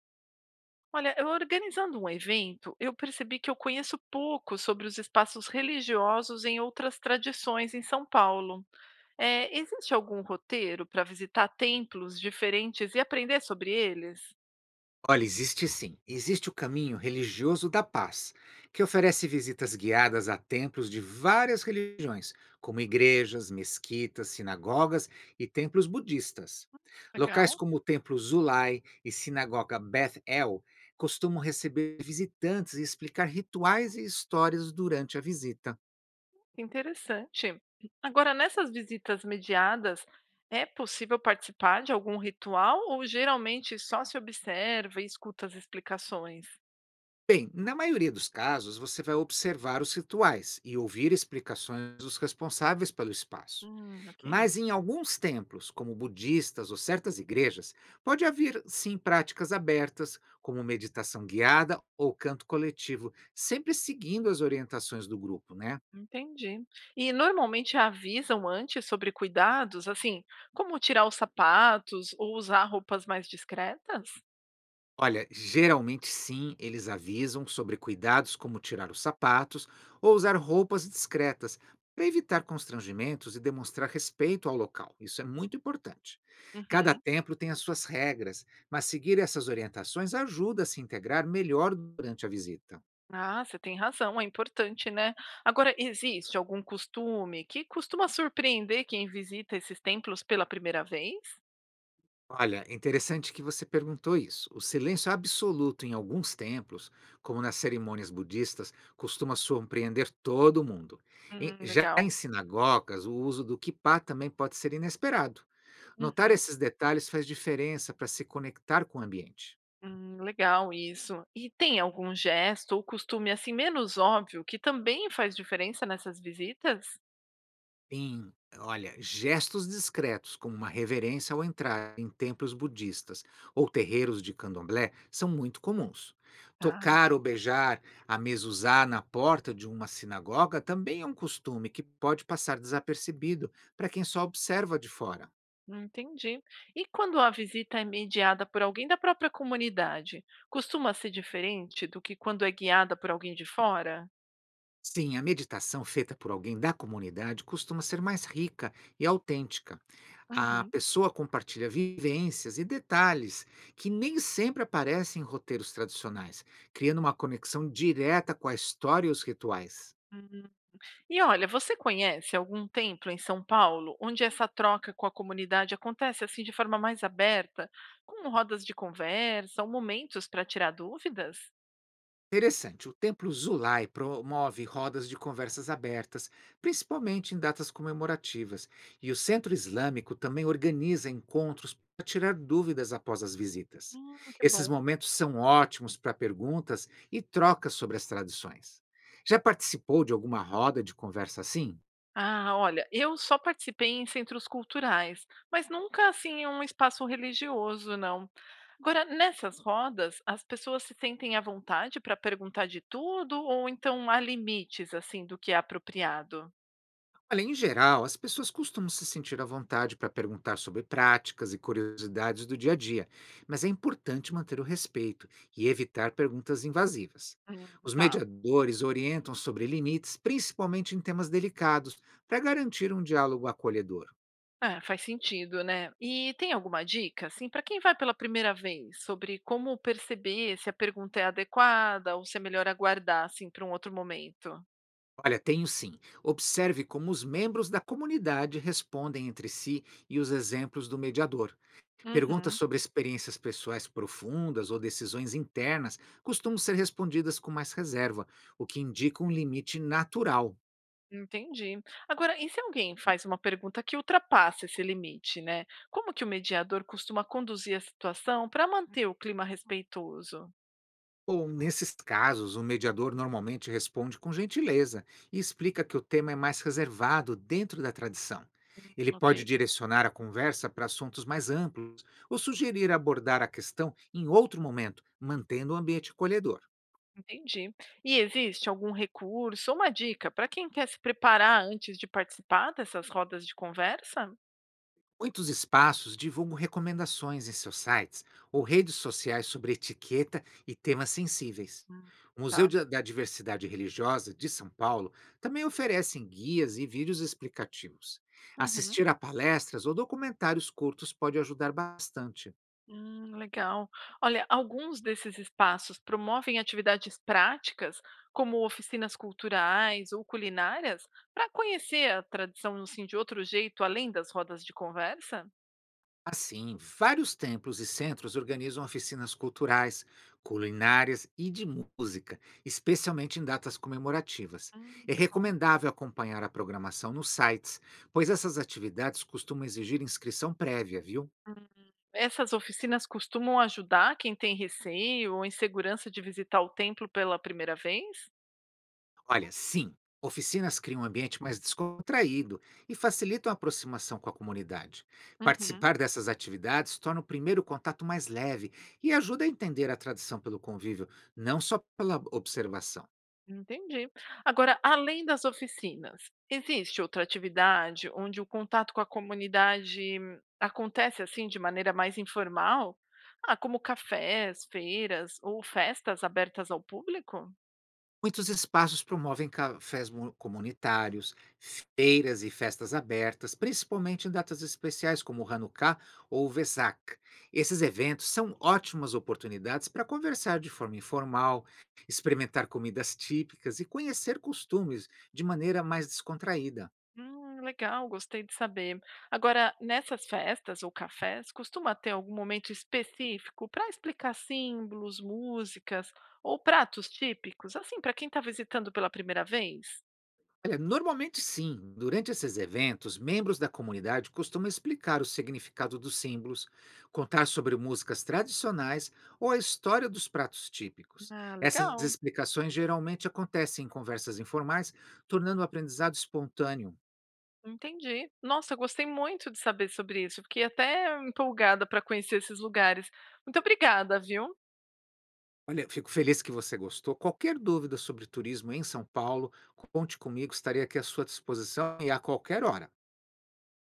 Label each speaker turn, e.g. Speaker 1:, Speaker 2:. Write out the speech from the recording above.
Speaker 1: Olha, eu organizando um evento, eu percebi que eu conheço pouco sobre os espaços religiosos em outras tradições em São Paulo. Existe algum roteiro para visitar templos diferentes e aprender sobre eles?
Speaker 2: Olha, existe sim. Existe o caminho religioso da paz, que oferece visitas guiadas a templos de várias religiões, como igrejas, mesquitas, sinagogas e templos budistas. Locais
Speaker 1: Legal,
Speaker 2: como o templo Zulai e sinagoga Beth El costumam receber visitantes e explicar rituais e histórias durante a visita.
Speaker 1: interessante. Agora, nessas visitas mediadas, é possível participar de algum ritual ou geralmente só se observa e escuta as explicações?
Speaker 2: Bem, na maioria dos casos, você vai observar os rituais e ouvir explicações dos responsáveis pelo espaço.
Speaker 1: Ok.
Speaker 2: Mas em alguns templos, como budistas ou certas igrejas, pode haver sim práticas abertas, como meditação guiada ou canto coletivo, sempre seguindo as orientações do grupo, né?
Speaker 1: Entendi. E normalmente avisam antes sobre cuidados, assim, como tirar os sapatos ou usar roupas mais discretas?
Speaker 2: Olha, geralmente sim, eles avisam sobre cuidados como tirar os sapatos ou usar roupas discretas para evitar constrangimentos e demonstrar respeito ao local. Isso é muito importante. Cada
Speaker 1: Uhum.
Speaker 2: templo tem as suas regras, mas seguir essas orientações ajuda a se integrar melhor durante a visita.
Speaker 1: Ah, você tem razão, é importante, né? Agora, existe algum costume que costuma surpreender quem visita esses templos pela primeira vez?
Speaker 2: Olha, é interessante que você perguntou isso. O silêncio absoluto em alguns templos, como nas cerimônias budistas, costuma surpreender todo mundo. Já em
Speaker 1: Legal.
Speaker 2: sinagogas, o uso do kippah também pode ser inesperado. Notar
Speaker 1: Uhum.
Speaker 2: esses detalhes faz diferença para se conectar com o ambiente.
Speaker 1: Legal isso. E tem algum gesto ou costume assim menos óbvio que também faz diferença nessas visitas?
Speaker 2: Sim, olha, gestos discretos, como uma reverência ao entrar em templos budistas ou terreiros de candomblé, são muito comuns.
Speaker 1: Tá.
Speaker 2: Tocar ou beijar a mezuzá na porta de uma sinagoga também é um costume que pode passar desapercebido para quem só observa de fora.
Speaker 1: Entendi. E quando a visita é mediada por alguém da própria comunidade, costuma ser diferente do que quando é guiada por alguém de fora?
Speaker 2: Sim, a meditação feita por alguém da comunidade costuma ser mais rica e autêntica. A
Speaker 1: Uhum.
Speaker 2: pessoa compartilha vivências e detalhes que nem sempre aparecem em roteiros tradicionais, criando uma conexão direta com a história e os rituais.
Speaker 1: Hum. E olha, você conhece algum templo em São Paulo onde essa troca com a comunidade acontece assim de forma mais aberta, com rodas de conversa ou momentos para tirar dúvidas?
Speaker 2: Interessante, o Templo Zulai promove rodas de conversas abertas, principalmente em datas comemorativas, e o Centro Islâmico também organiza encontros para tirar dúvidas após as visitas.
Speaker 1: Que bom.
Speaker 2: Esses momentos são ótimos para perguntas e trocas sobre as tradições. Já participou de alguma roda de conversa assim?
Speaker 1: Ah, olha, eu só participei em centros culturais, mas nunca assim em um espaço religioso, não. Agora, nessas rodas, as pessoas se sentem à vontade para perguntar de tudo ou então há limites assim do que é apropriado?
Speaker 2: Olha, em geral, as pessoas costumam se sentir à vontade para perguntar sobre práticas e curiosidades do dia a dia, mas é importante manter o respeito e evitar perguntas invasivas.
Speaker 1: Hum,
Speaker 2: Os
Speaker 1: tá.
Speaker 2: mediadores orientam sobre limites, principalmente em temas delicados, para garantir um diálogo acolhedor.
Speaker 1: É, faz sentido, né? E tem alguma dica assim para quem vai pela primeira vez sobre como perceber se a pergunta é adequada ou se é melhor aguardar assim para um outro momento?
Speaker 2: Olha, tenho sim. Observe como os membros da comunidade respondem entre si e os exemplos do mediador. Perguntas
Speaker 1: Uhum.
Speaker 2: sobre experiências pessoais profundas ou decisões internas costumam ser respondidas com mais reserva, o que indica um limite natural.
Speaker 1: Entendi. Agora, e se alguém faz uma pergunta que ultrapassa esse limite, né? Como que o mediador costuma conduzir a situação para manter o clima respeitoso?
Speaker 2: Ou, nesses casos, o mediador normalmente responde com gentileza e explica que o tema é mais reservado dentro da tradição. Ele
Speaker 1: Ok,
Speaker 2: pode direcionar a conversa para assuntos mais amplos ou sugerir abordar a questão em outro momento, mantendo o ambiente acolhedor.
Speaker 1: entendi. E existe algum recurso ou uma dica para quem quer se preparar antes de participar dessas rodas de conversa?
Speaker 2: Muitos espaços divulgam recomendações em seus sites ou redes sociais sobre etiqueta e temas sensíveis.
Speaker 1: Hum,
Speaker 2: O
Speaker 1: Tá.
Speaker 2: da Diversidade Religiosa de São Paulo também oferecem guias e vídeos explicativos.
Speaker 1: Uhum.
Speaker 2: Assistir a palestras ou documentários curtos pode ajudar bastante.
Speaker 1: Legal. Olha, alguns desses espaços promovem atividades práticas, como oficinas culturais ou culinárias, para conhecer a tradição assim, de outro jeito, além das rodas de conversa.
Speaker 2: Assim, vários templos e centros organizam oficinas culturais, culinárias e de música, especialmente em datas comemorativas. É
Speaker 1: Que bom.
Speaker 2: recomendável acompanhar a programação nos sites, pois essas atividades costumam exigir inscrição prévia, viu?
Speaker 1: Hum, Essas oficinas costumam ajudar quem tem receio ou insegurança de visitar o templo pela primeira vez?
Speaker 2: Olha, sim, oficinas criam um ambiente mais descontraído e facilitam a aproximação com a comunidade.
Speaker 1: Uhum.
Speaker 2: Participar dessas atividades torna o primeiro contato mais leve e ajuda a entender a tradição pelo convívio, não só pela observação.
Speaker 1: Entendi. Agora, além das oficinas, existe outra atividade onde o contato com a comunidade acontece assim de maneira mais informal? Ah, como cafés, feiras ou festas abertas ao público?
Speaker 2: Muitos espaços promovem comunitários, feiras e festas abertas, principalmente em datas especiais como o Hanukkah ou o Vesak. Esses eventos são ótimas oportunidades para conversar de forma informal, experimentar comidas típicas e conhecer costumes de maneira mais descontraída.
Speaker 1: Legal, gostei de saber. Agora, nessas festas ou cafés, costuma ter algum momento específico para explicar símbolos, músicas ou pratos típicos, assim, para quem está visitando pela primeira vez?
Speaker 2: Olha, normalmente sim. Durante esses eventos, membros da comunidade costumam explicar o significado dos símbolos, contar sobre músicas tradicionais ou a história dos pratos típicos.
Speaker 1: Ah,
Speaker 2: Essas
Speaker 1: legal.
Speaker 2: explicações geralmente acontecem em conversas informais, tornando o aprendizado espontâneo.
Speaker 1: Entendi. Nossa, eu gostei muito de saber sobre isso. Fiquei até empolgada para conhecer esses lugares. Muito obrigada, viu?
Speaker 2: Olha, fico feliz que você gostou. Qualquer dúvida sobre turismo em São Paulo, conte comigo, estarei aqui à sua disposição e a qualquer hora.